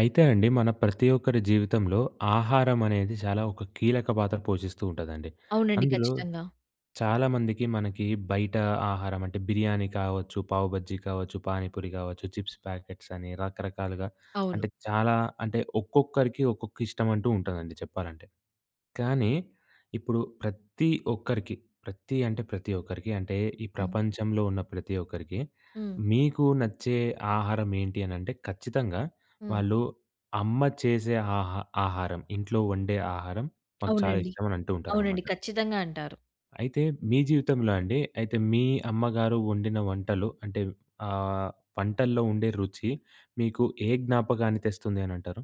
అయితే అండి మన ప్రతి ఒక్కరి జీవితంలో ఆహారం అనేది చాలా ఒక కీలక పాత్ర పోషిస్తూ ఉంటుందండి. అవునండి. అందులో ఖచ్చితంగా. చాలామందికి మనకి బయట ఆహారం అంటే బిర్యానీ కావచ్చు, పావు బజ్జీ కావచ్చు, పానీపూరి కావచ్చు, చిప్స్ ప్యాకెట్స్ అని రకరకాలుగా అవును. అంటే చాలా అంటే ఒక్కొక్కరికి ఒక్కొక్క ఇష్టం అంటూ ఉంటుందండి చెప్పాలంటే. కానీ, ఇప్పుడు ప్రతి ఒక్కరికి, ప్రతి అంటే ప్రతి ఒక్కరికి అంటే ఈ హ్మ్. ప్రపంచంలో ఉన్న ప్రతి ఒక్కరికి హ్మ్. మీకు నచ్చే ఆహారం ఏంటి అనంటే ఖచ్చితంగా హ్మ్. వాళ్ళు అమ్మ చేసే ఆహారం, ఇంట్లో వండే ఆహారం మాకు చాలా అవునండి. ఇష్టం అని అంటూ అవునండి. ఉంటారనమాట. ఖచ్చితంగా అంటారు. అయితే మీ జీవితంలో అండి, అయితే మీ అమ్మగారు వండిన వంటలు అంటే ఆహ్, వంటల్లో ఉండే రుచి మీకు ఏ జ్ఞాపకాన్ని తెస్తుంది అనంటారు?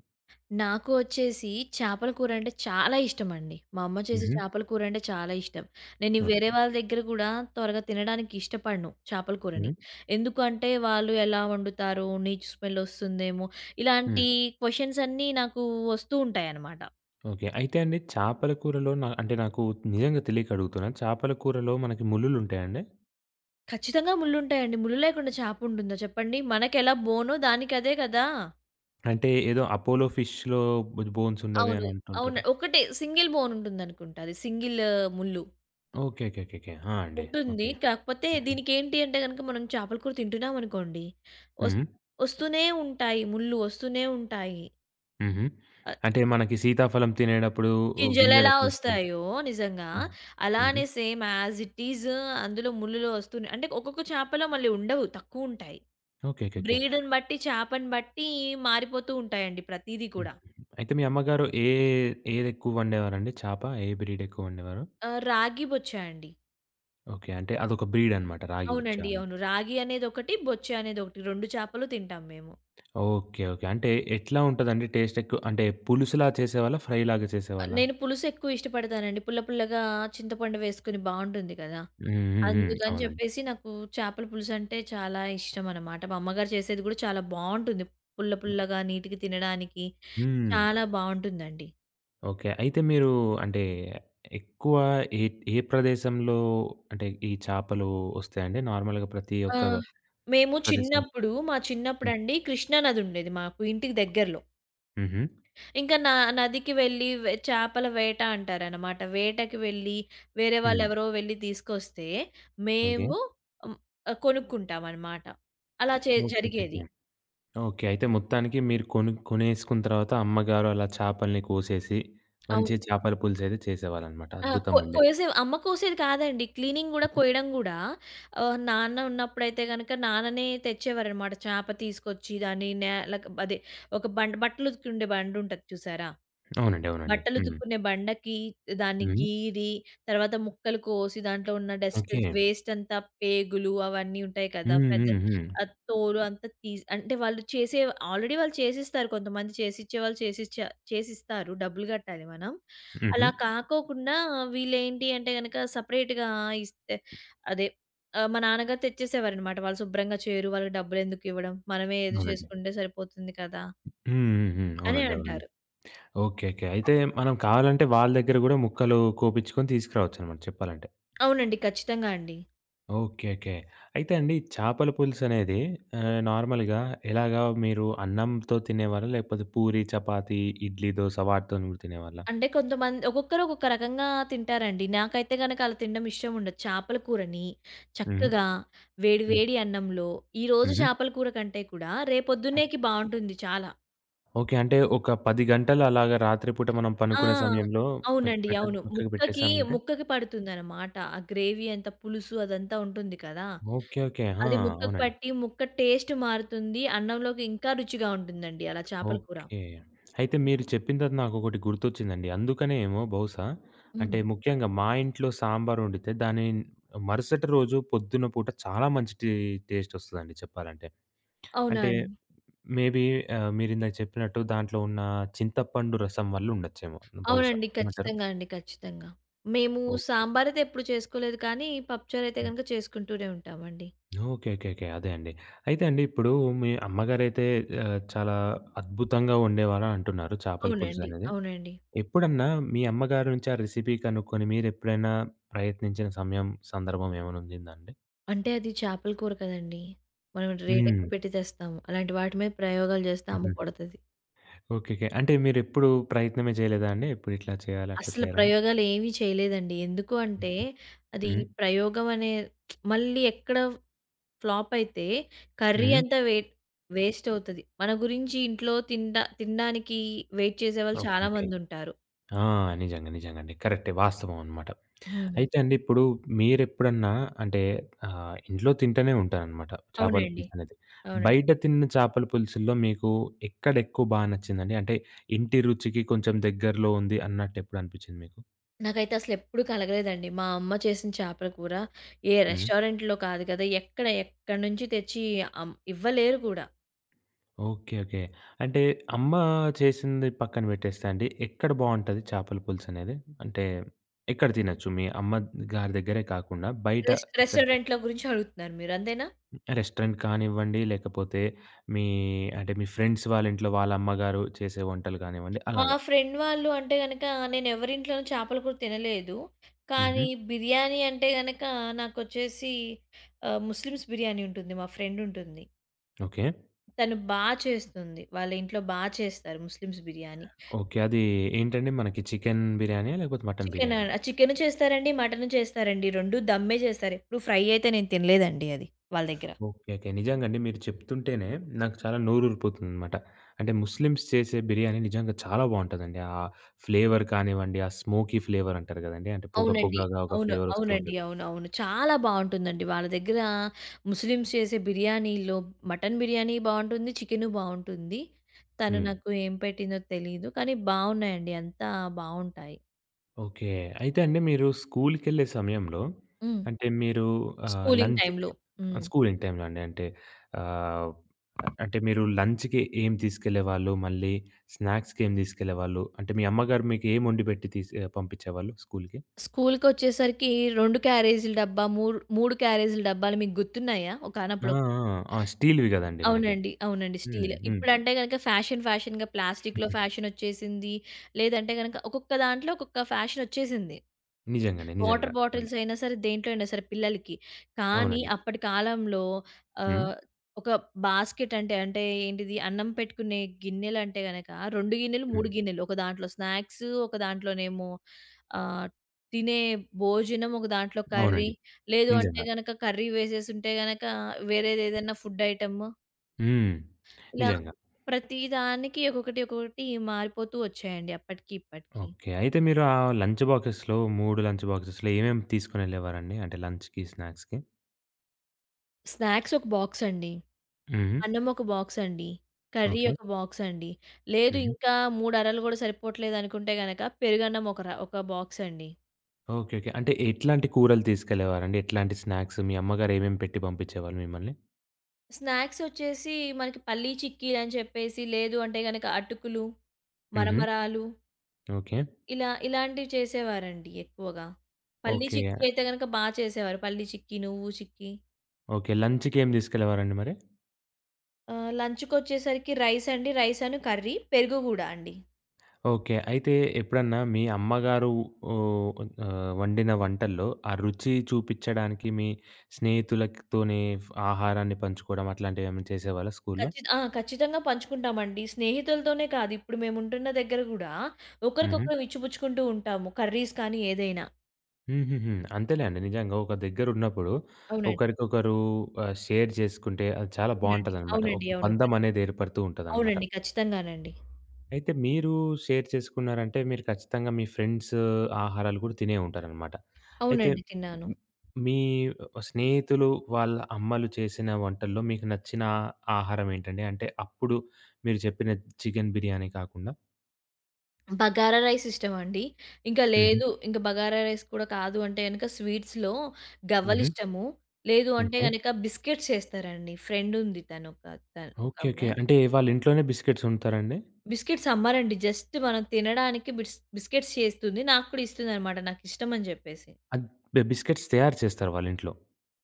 నాకు వచ్చేసి చేపల కూర అంటే చాలా ఇష్టమండి. మా అమ్మ చేసే హుహు. చేపల కూర అంటే చాలా ఇష్టం. నేను ఈ ఓకే. వేరే వాళ్ళ దగ్గర కూడా త్వరగా తినడానికి ఇష్టపడను చేపల కూరని. హ్మ్. ఎందుకంటే వాళ్ళు ఎలా వండుతారు? నీచు స్మెల్ వస్తుందేమో! హ్మ్. ఇలాంటి క్వెషన్స్ అన్నీ నాకు వస్తూ ఉంటాయన్నమాట. ఓకే. అయితే అండి చేపల కూరలో నా అంటే నాకు నిజంగా తెలియక అడుగుతున్నాను. చేపల కూరలో మనకి ముల్లులుంటాయా అండి? ఖచ్చితంగా ముళ్ళుంటాయండి. ముళ్ళు లేకుండా చేప ఉంటుందా చెప్పండి? మనకెలా బోనో దానికదే కదా! అంటే ఏదో 'అపోలో ఫిష్‌లో' బోన్స్ ఉండవి అవును. అని అంటుంటారు. అవును. ఒకటే సింగిల్ బోన్ ఉంటుందనుకుంటా. అది సింగిల్ ముల్లు ఓకే. ఓకే. ఓకే. ఓకే. ఆ! అండి. ఉంటుంది. ఓకే. కాకపోతే హుహు. దీనికేంటి అంటే గనక మనం చేపల కూర తింటున్నామనుకోండి, వస్ హ్మ్. వస్తూనే ఉంటాయి. ముళ్ళు వస్తూనే ఉంటాయి. హుహు. ఆహ్, అంటే మనకి సీతాఫలం తినేటప్పుడు గింజలు గింజలెలా ఎట్లొస్తాయి? వస్తాయో నిజంగా హ్మ్. హుహు. అలానే సేమ్ యాజ్ ఇట్ ఈజ్ అందులో ముళ్ళులో వస్తున్నాయి. అంటే ఒక్కొక్క చేపలో మళ్ళీ ఉండవు. తక్కువుంటాయి. ఓకే. ఓకే. ఓకే. బ్రీడ్‌ని బట్టి చేపని బట్టి మారిపోతూ ఉంటాయండి ప్రతీది హుహు. కూడా. అయితే మీ అమ్మగారు ఏదెక్కువ వండేవారండి? చేప ఏ బ్రీడ్ ఎక్కువ వండేవారు? రాగి బొచ్చా అండి. ఓకే. అంటే అదొక బ్రీడ్ అనమాట రాగి అవునండి. ఉచ్చాని. అవును. రాగి అనేదొకటి, బొచ్చే అనేదొకటి 2 చేపలు తింటాం మేము. ఓకే. ఓకే. అంటే ఎట్లా ఉంటదండి టేస్ట్ ఎక్కువ అంటే పులుసులా చేసేవాళ్ళా? ఫ్రై లాగా చేసేవాళ్ళా? నేను పులుసు ఎక్కువ ఇష్టపడతానండి. పుల్ల పుల్లగా చింతపండు వేసుకొని బావుంటుంది కదా! హ్మ్. హ్మ్. హ్మ్. అందుకని అవునండి. చెప్పేసి నాకు చేపల పులుసంటే చాలా ఇష్టమనమాట. మా అమ్మగారు చేసేది గూడా చాలా బావుంటుంది. పుల్ల పుల్లగా నీటికి తినడానికి హ్మ్. చాలా బావుంటుందండి. ఓకే. అయితే మీరు అంటే ఎక్కువ ఏ ఏ ప్రదేశంలో అంటే ఈ చేపలు వస్తాయండి? నార్మల్‌గా ప్రతి ఆ! ఒక్క మేము ప్రదేశం. చిన్నప్పుడు మా హ్మ్. చిన్నప్పుడండి కృష్ణానదుండేది మాకు ఇంటికి దగ్గరలో. హుహు. ఇంకా నా నదికి వెళ్ళి చేపల వేట అంటారనమాట. వేటకి వెళ్ళి వేరే హ్మ్. వాళ్ళెవరో వెళ్ళి తీసుకొస్తే, ఓకే. మేము హ్మ్, కొనుక్కుంటామనమాట. అలా ఓకే. ఓకే. జరిగేది. ఓకే. ఓకే. అయితే మొత్తానికి మీరు కొనేసుకున్న తర్వాత అమ్మగారు అలా చేపల్ని కోసేసి మంచి అవును. చేపల పులుసు అయితే చేసేవాళ్ళనమాట. ఆ! అద్భుతమండి. కోసే అమ్మ కోసేది కాదండి. క్లీనింగ్ గూడా, కోయడం గూడా నాన్న ఉన్నప్పుడైతే గనక నాన్ననే తెచ్చేవారనమాట. చేప తీసుకొచ్చి దాన్ని నేలకు అదే ఒక బండ బట్టలుతికిండే బండుంటది చూసారా? అవునండి. అవునండి. హ్మ్. బట్టలుతుక్కునే బండకి దాన్ని హ్మ్. గీరి, తర్వాత ముక్కలు కోసి దాంట్లో ఉన్న డస్ట్ ఓకే. వేస్ట్ అంతా పేగులు అవన్నీ ఉంటాయి కదా! హ్మ్. పెద్ద హ్మ్. హ్మ్. ఆ తోలు అంతా తీసి అంటే వాళ్ళు చేసే ఆల్రెడీ వాళ్ళు చేసిస్తారు. కొంతమంది చేసిచ్చేవాళ్ళు చేసిస్తారు. డబ్బులు గట్టాలి మనం. హుహు. అలా కాకోకుండా వీళ్ళేంటి అంటే గనక సెపరేట్‌గా ఇస్తే అదే మా నాన్నగారు తెచ్చేసేవారనమాట. వాళ్ళు శుభ్రంగా చేయరు. వాళ్ళకి డబ్బులెందుకివ్వడం? మనమే ఏదో అవునండి. చేసుకుంటే సరిపోతుంది కదా! హ్మ్. హ్మ్. హ్మ్. అని అవునండి. అవునండి. అంటారు. ఓకే. ఓకే. అయితే మనం కావాలంటే వాళ్ళ దగ్గర గూడా ముక్కలు కోపిచ్చుకొని తీసుకురావచ్చనమాట చెప్పాలంటే. అవునండి. ఖచ్చితంగా అండి. ఓకే. ఓకే. అయితే అండి చేపల పులుసనేది నార్మల్‌గా ఎలాగా మీరు అన్నంతో తినేవాళ్ళా? లేకపోతే పూరి, చపాతీ, ఇడ్లీ, దోస వాటితోని గూడా తినేవాళ్ళా? అంటే కొంతమంది ఒక్కొక్కరు ఒక్కొక్క రకంగా తింటారండి. నాకైతే గనక అలా తినడం ఇష్టం ఉండదు. చేపల కూరని హుహు. చక్కగా వేడి హ్మ్. వేడి అన్నంలో ఈరోజు హుహు. చేపల కూర కంటే కూడా రేపొద్దున్నేకి బావుంటుంది చాలా. ఓకే. అంటే ఒక 10 గంటలు అలాగా రాత్రి పూట మనం ఆ! పనుకునే సమయంలో పెట్ అవునండి. పెట్ట అవును. పక్కకు ముక్కకి, పెట్టేసామంటే. ముక్కకి పడుతుందనమాట. ఆ గ్రేవీ అంత పులుసు అదంతా ఉంటుంది కదా! ఓకే. ఓకే. ఆ! అది ముక్కకు అవునండి. పట్టి ముక్క టేస్ట్ మారుతుంది. అన్నంలోకి ఇంకా రుచిగా ఉంటుందండి అలా చేపల కూర. ఓకే. అయితే మీరు చెప్పిన తర్వాత నాకొకటి గుర్తొచ్చిందండి. అందుకనే ఏమో బహుశా అంటే హ్మ్. ముఖ్యంగా మా ఇంట్లో సాంబార్ వండితే దాని మరుసటి రోజు పొద్దున పూట చాలా మంచి టేస్ట్ ఒస్తదండి చెప్పాలంటే. అవునా అంటే అండి. మేబీ మీరిందాక చెప్పినట్టు దాంట్లో ఉన్న చింతపండు రసం వల్ల ఉండొచ్చేమో బహుశా. అవునండి. ఏమంటారు? ఖచ్చితంగా అండి. ఖచ్చితంగా. మేము ఓకే. సాంబారైతే ఎప్పుడు చేసుకోలేదు కానీ, పప్పుచారైతే హ్మ్. గనక చేసుకుంటూనే ఉంటామండి. ఓకే. ఓకే. ఓకే. అదే అండి. అయితే అండి ఇప్పుడు మీ అమ్మగారైతే చాలా అద్భుతంగా వండేవారని అంటున్నారు చేపల అవునండి. పులుసనేది. అవునండి. ఎప్పుడన్నా మీ అమ్మగారి నుంచి ఆ రెసిపీ కనుక్కొని మీరెప్పుడైనా ప్రయత్నించిన సమయం, సందర్భం ఏమైనా ఉండిందా అండి? అంటే అది చేపల కూర కదండీ! మనం రేట్ హ్మ్. ఎక్కువ పెట్టి తెస్తాము. అలాంటి వాటి మీద ప్రయోగాలు చేస్తే హుహు. అమ్మ కొడతది. ఓకే. ఓకే. అంటే మీరెప్పుడు ప్రయత్నమే చేయలేదా అండి? ఎప్పుడు ఇట్లా చేయాలి, అట్లా అసలు చేయాలని? ప్రయోగాలు ఏమీ చేయలేదండి. ఎందుకు అంటే, హుహు. అది హ్మ్. ప్రయోగం అనే మళ్ళీ ఎక్కడ ఫ్లాప్ అయితే కర్రీ హ్మ్. అంతా వేస్ట్ అవుతది. మన గురించి ఇంట్లో తినడానికి వెయిట్ చేసేవాళ్ళు ఓకే. ఓకే. చాలామందుంటారు. ఆ! నిజంగా. నిజంగండి. కరెక్టే. వాస్తవం అనమాట. హ్మ్. అయితే అండి ఇప్పుడు మీరెప్పుడన్నా అంటే ఇంట్లో తింటూనే ఉంటారనమాట చేపల అవునండి. పులుసనేది. అవునండి. బయట తిన్న చేపల పులుసుల్లో మీకు ఎక్కడ ఎక్కువ బా నచ్చిందండి? అంటే ఇంటి రుచికి కొంచెం దగ్గరలో ఉంది అన్నట్టు ఎప్పుడు అనిపించింది మీకు? నాకైతే అసలెప్పుడు కలగలేదండి. మా అమ్మ చేసిన చేపల కూర ఏ హ్మ్. రెస్టారెంట్‌లో కాదు కదా! ఎక్కడ ఎక్కడి నుంచి తెచ్చి ఇవ్వలేరు కూడా. ఓకే. ఓకే. అంటే అమ్మ చేసింది పక్కన పెట్టేస్తే అండి, ఎక్కడ బావుంటది చేపల పులుసనేది? అంటే ఎక్కడ తినొచ్చు? మీ అమ్మ గారి దగ్గరే కాకుండా బయట ఇక్కడ రెస్టారెంట్‌ల గురించి అడుగుతున్నారు మీరు అంతేనా? రెస్టారెంట్ కానివ్వండి, లేకపోతే మీ అంటే మీ ఫ్రెండ్స్ వాళ్ళ ఇంట్లో వాళ్ళ అమ్మగారు చేసే వంటలు కానివ్వండి మా అలాగా. ఫ్రెండ్ వాళ్ళు అంటే గనక నేనెవరింట్లోనూ చేపల కూర తినలేదు. హుహు. కానీ బిర్యానీ అంటే గనక నాకొచ్చేసి ముస్లిమ్స్ బిర్యానీ ఉంటుంది. మా ఫ్రెండ్ ఉంటుంది. ఓకే. తను బా చేస్తుంది. వాళ్ళ ఇంట్లో బా చేస్తారు ముస్లిమ్స్ బిర్యానీ. ఓకే. అది ఏంటండి మనకి చికెన్ బిర్యానీయా? లేకపోతే మటన్ చికెనా? బిర్యానీయా? చికెను చేస్తారండి. మటను చేస్తారండి. 2 దమ్మే చేస్తారు. ఎప్పుడు ఫ్రై అయితే నేను తినలేదండి అది వాళ్ళ దగ్గర. ఓకే. ఓకే. నిజంగండి. మీరు చెప్తుంటేనే నాకు చాలా నోరూరిపోతుందనమాట. అంటే ముస్లిమ్స్ చేసే బిర్యానీ నిజంగా చాలా బావుంటదండి. ఆ ఫ్లేవర్ కానివ్వండి, ఆ స్మోకీ ఫ్లేవర్ అంటారు గదండీ. అంటే పొగ అవునండి. పొగగా ఒక అవును. ఫ్లేవర్ ఒస్తూ అవునండి. ఉంటది. అవును. అవును. చాలా బావుంటుందండి. వాళ్ళ దగ్గర ముస్లిమ్స్ చేసే బిర్యానీలో మటన్ బిర్యానీ బావుంటుంది. చికెను బావుంటుంది. తను హ్మ్. నాకు ఏం పెట్టిందో తెలీదు. కానీ బావున్నాయండి. అంతా బావుంటాయి. ఓకే. అయితే అండి మీరు స్కూలుకెళ్ళే సమయంలో హ్మ్. అంటే మీరు స్కూలింగ్ లంచ్‌కి టైమ్‌లో. హ్మ్. స్కూలింగ్ టైమ్‌లో అండి. అంటే ఆహ్, అంటే మీరు లంచ్‌కి ఏం తీసుకెళ్ళేవాళ్ళు? మళ్ళీ స్నాక్స్‌కి ఏం తీసుకెళ్ళేవాళ్ళు? అంటే మీ అమ్మగారు మీకు ఏం వండి పెట్టి తీసి పంపించేవాళ్ళు స్కూలుకి? స్కూలుకొచ్చేసరికి 2 క్యారేజీల డబ్బా, 3 క్యారేజీల డబ్బాలు మీకు గుర్తున్నాయా? ఆ! ఒకానప్పుడు ఆ! ఆ! స్టీల్‌వి గదండీ మనకి. అవునండి. అవునండి. హ్మ్. స్టీల్. హ్మ్. ఇప్పుడంటే గనక ఫ్యాషన్ ఫ్యాషన్‌గా ప్లాస్టిక్‌లో హ్మ్. ఫ్యాషనొచ్చేసింది. లేదంటే గనక ఒక్కొక్క దాంట్లో ఒక్కొక్క ఫ్యాషనొచ్చేసింది. నిజంగానే. నిజంగా. వాటర్ అవునండి. బాటిల్స్ అయినా సరే, దేంట్లో అయినా సరే పిల్లలకి. కానీ అవునండి. అప్పటి కాలంలో హ్మ్. ఆహ్, ఒక బాస్కెట్ అంటే, ఏంటిది అన్నం పెట్టుకునే గిన్నెలంటే గనక 2 గిన్నెలు, హ్మ్. 3 గిన్నెలు. ఒక దాంట్లో స్నాక్స్, ఒక దాంట్లోనేమో ఆహ్, తినే భోజనం, ఒక దాంట్లో కర్రీ. అవునండి. లేదు అంటే నిజంగా. గనక కర్రీ వేసేసుంటే గనక వేరేదేదైనా ఫుడ్ ఐటెము. హ్మ్. ఇలా నిజంగా. ప్రతి దానికి ఒక్కొక్కటి, ఒక్కొక్కటి మారిపోతూ వచ్చాయండి అప్పటికి, ఇప్పటికి. ఓకే. అయితే మీరు ఆ లంచ్ బాక్సెస్‌లో 3 లంచ్ బాక్సెస్‌లో ఏమేమి తీసుకొనెళ్ళేవారండి? అంటే లంచ్‌కి, స్నాక్స్‌కి? స్నాక్స్ ఒక బాక్స్ అండి. హుహు. అన్నం ఒక బాక్స్ అండి. Curry okay. ఒక బాక్స్ అండి. లేదు హుహు. ఇంకా 3 అరలు కూడా సరిపోవట్లేదు అనుకుంటే గనక పెరుగన్నం ఒక బాక్స్ అండి. ఓకే. ఓకే. అంటే ఎట్లాంటి కూరలు తీసుకెళ్ళేవారండి? ఎట్లాంటి స్నాక్స్ మీ అమ్మగారు ఏమేమి పెట్టి పంపించేవాళ్ళు మిమ్మల్ని? స్నాక్స్ వచ్చేసి మనకి పల్లీ చిక్కీలని చెప్పేసి, లేదు అంటే గనక అటుకులు, హుహు. మరమరాలు ఓకే. ఇలా ఇలాంటివి చేసేవారండి ఎక్కువగా. పల్లీ ఓకే. చిక్కీ అయితే గనక బా చేసేవారు. పల్లీ చిక్కీ, నువ్వు చిక్కీ. ఓకే. లంచ్‌కి ఏం తీసుకెళ్ళేవారండి మరి? లంచ్‌కొచ్చేసరికి రైస్ అండి. రైస్ కర్రీ, పెరుగు గూడా అండి. ఓకే. అయితే ఎప్పుడన్నా మీ అమ్మగారు ఓహ్, వండిన వంటల్లో ఆ రుచి చూపిచ్చడానికి మీ స్నేహితులతోనే ఆహారాన్ని పంచుకోవడం అట్లాంటివేమైనా చేసేవాళ్ళా స్కూల్లో? ఆ! ఖచ్చితంగా పంచుకుంటామండి. స్నేహితులతోనే కాదు, ఇప్పుడు మేముంటున్న దగ్గర గూడా హుహు. ఒకరికొకరం ఇచ్చిపుచ్చుకుంటూ ఉంటాము. కర్రీస్ కానీ ఏదైనా. హుహుహు. అంతేలే అండి. నిజంగా ఒక దగ్గరున్నప్పుడు అవునండి. ఒకరికొకరు షేర్ చేసుకుంటే అది చాలా అవునండి. బావుంటదనమాట. ఒక అవునండి. అవును. బంధం అనేది ఏర్పడుతూ ఉంటదనమాట. అవునండి. ఖచ్చితంగానండి. అయితే మీరు షేర్ చేసుకున్నారంటే, మీరు ఖచ్చితంగా మీ ఫ్రెండ్స్ ఆహారాలు కూడా తినే ఉంటారనమాట. అయితే అవునండి. తిన్నాను. హ్మ్, మీ స్నేహితులు వాళ్ళ అమ్మలు చేసిన వంటల్లో మీకు నచ్చిన ఆహారం ఏంటండి? అంటే అప్పుడు మీరు చెప్పిన చికెన్ బిర్యానీ కాకుండా? బగారా రైస్ ఇష్టమండి. ఇంకా హుహు. లేదు, ఇంక బగారా రైస్ కూడా కాదు అంటే గనక స్వీట్స్‌లో హుహు. గవ్వలిష్టము. లేదు అంటే ఓకే. గనక బిస్కెట్స్ చేస్తారండి. ఫ్రెండుంది తను ఒక త ఒక ఓకే. ఓకే. ఆమె. అంటే వాళ్ళ ఇంట్లోనే బిస్కెట్స్ వండుతారా అండి? బిస్కిట్స్ అమ్మరండి. జస్ట్ మనం తినడానికి బిస్కిట్స్ చేస్తుంది. నాకు కూడా ఇస్తుందనమాట నాకిష్టమని జెప్పేసి. అద్ బి బిస్కెట్స్ తయారు చేస్తారు వాళ్ళ ఇంట్లో.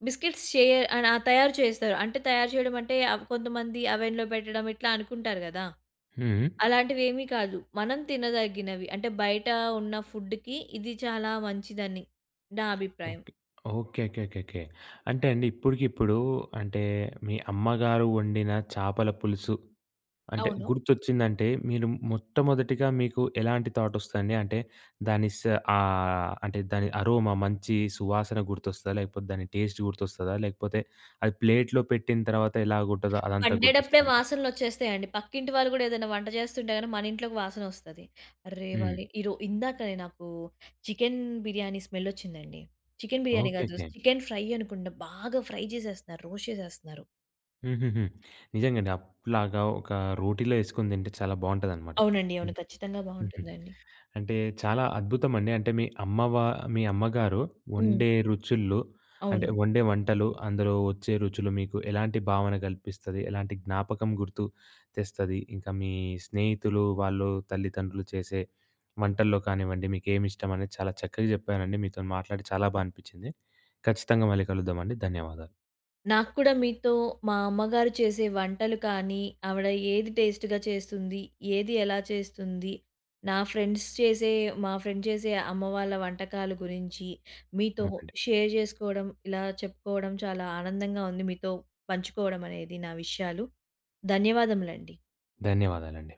బిస్కిట్స్ చేయ ఆ తయారు చేస్తారు. అంటే తయారు చేయడం అంటే కొంతమంది అవెన్‌లో పెట్టడం ఇట్లా అనుకుంటారు గదా! హుహు. అలాంటివేమీ కాదు. మనం తినదగినవి. అంటే బయట ఉన్న ఫుడ్‌కి ఇది చాలా మంచిదని నా అభిప్రాయం. Okay. Okay. Okay. Okay. Okay. అంటే అండి ఇప్పటికిప్పుడు అంటే మీ అమ్మగారు వండిన చేపల పులుసు అంటే అవును. గుర్తొచ్చిందంటే మీరు మొట్టమొదటిగా మీకు ఎలాంటి థాట్ వస్తదండి? అంటే దాని స అంటే దాని అరోమా మంచి సువాసన గుర్తొస్తదా? లేకపోతే దాని టేస్ట్ గుర్తొస్తదా? లేకపోతే అది ప్లేట్‌లో పెట్టిన తర్వాత ఎలాగుంటదో అదంతా గుర్తొస్తదా వండేటప్పుడే అండి? వాసనలొచ్చేస్తాయండి. పక్కింటి వాళ్ళు గూడా ఏదైనా వంట చేస్తుంటే గాని మన ఇంట్లోకి వాసనొస్తది. హ్మ్. అర్రేవాలే! ఇందాకనే నాకు చికెన్ బిర్యానీ స్మెల్లొచ్చిందండి. Chicken biryani okay. గాదు. ఓకే. చికెన్ ఫ్రై అనుకుంటా. బాగా ఫ్రై చేసేస్తున్నారు. రోస్ట్ చేసేస్తున్నారు. హుహుహు. నిజంగండి. అప్పట్లాగా ఒక రోటీలో ఏసుకొని తింటే చాలా బావుంటదనమాట. అవునండి. అవును. హ్మ్. ఖచ్చితంగా హుహు. బావుంటుందండి. అంటే చాలా అద్భుతమండి. అంటే మీ అమ్మగారు హ్మ్. వండే రుచుల్లో అంటే అవును. వండే వంటలు, అందులో వచ్చే రుచులు మీకు ఎలాంటి భావన కల్పిస్తది? ఎలాంటి జ్ఞాపకం గుర్తు తెస్తది? ఇంకా మీ స్నేహితులు, వాళ్ళు తల్లిదండ్రులు చేసే వంటల్లో కానివ్వండి, మీకేమిష్టం అనేది చాలా చక్కగా చెప్పారండి. మీతోని మాట్లాడి చాలా బా అనిపిచ్చింది. ఖచ్చితంగా మళ్ళీ కలుద్దామండి. ధన్యవాదాలు. నాకు కూడా మీతో మా అమ్మగారు చేసే వంటలు కానీ, ఆవిడ ఏది టేస్ట్‌గా చేస్తుంది? ఏది ఎలా చేస్తుంది? నా ఫ్రెండ్స్ చేసే మా ఫ్రెండ్ చేసే అమ్మ వాళ్ళ వంటకాల గురించి మీతో అవునండి. షేర్ చేసుకోవడం, ఇలా చెప్పుకోవడం చాలా ఆనందంగా ఉంది. మీతో పంచుకోవడం అనేది నా విషయాలు. ధన్యవాదములండి. ధన్యవాదాలండి.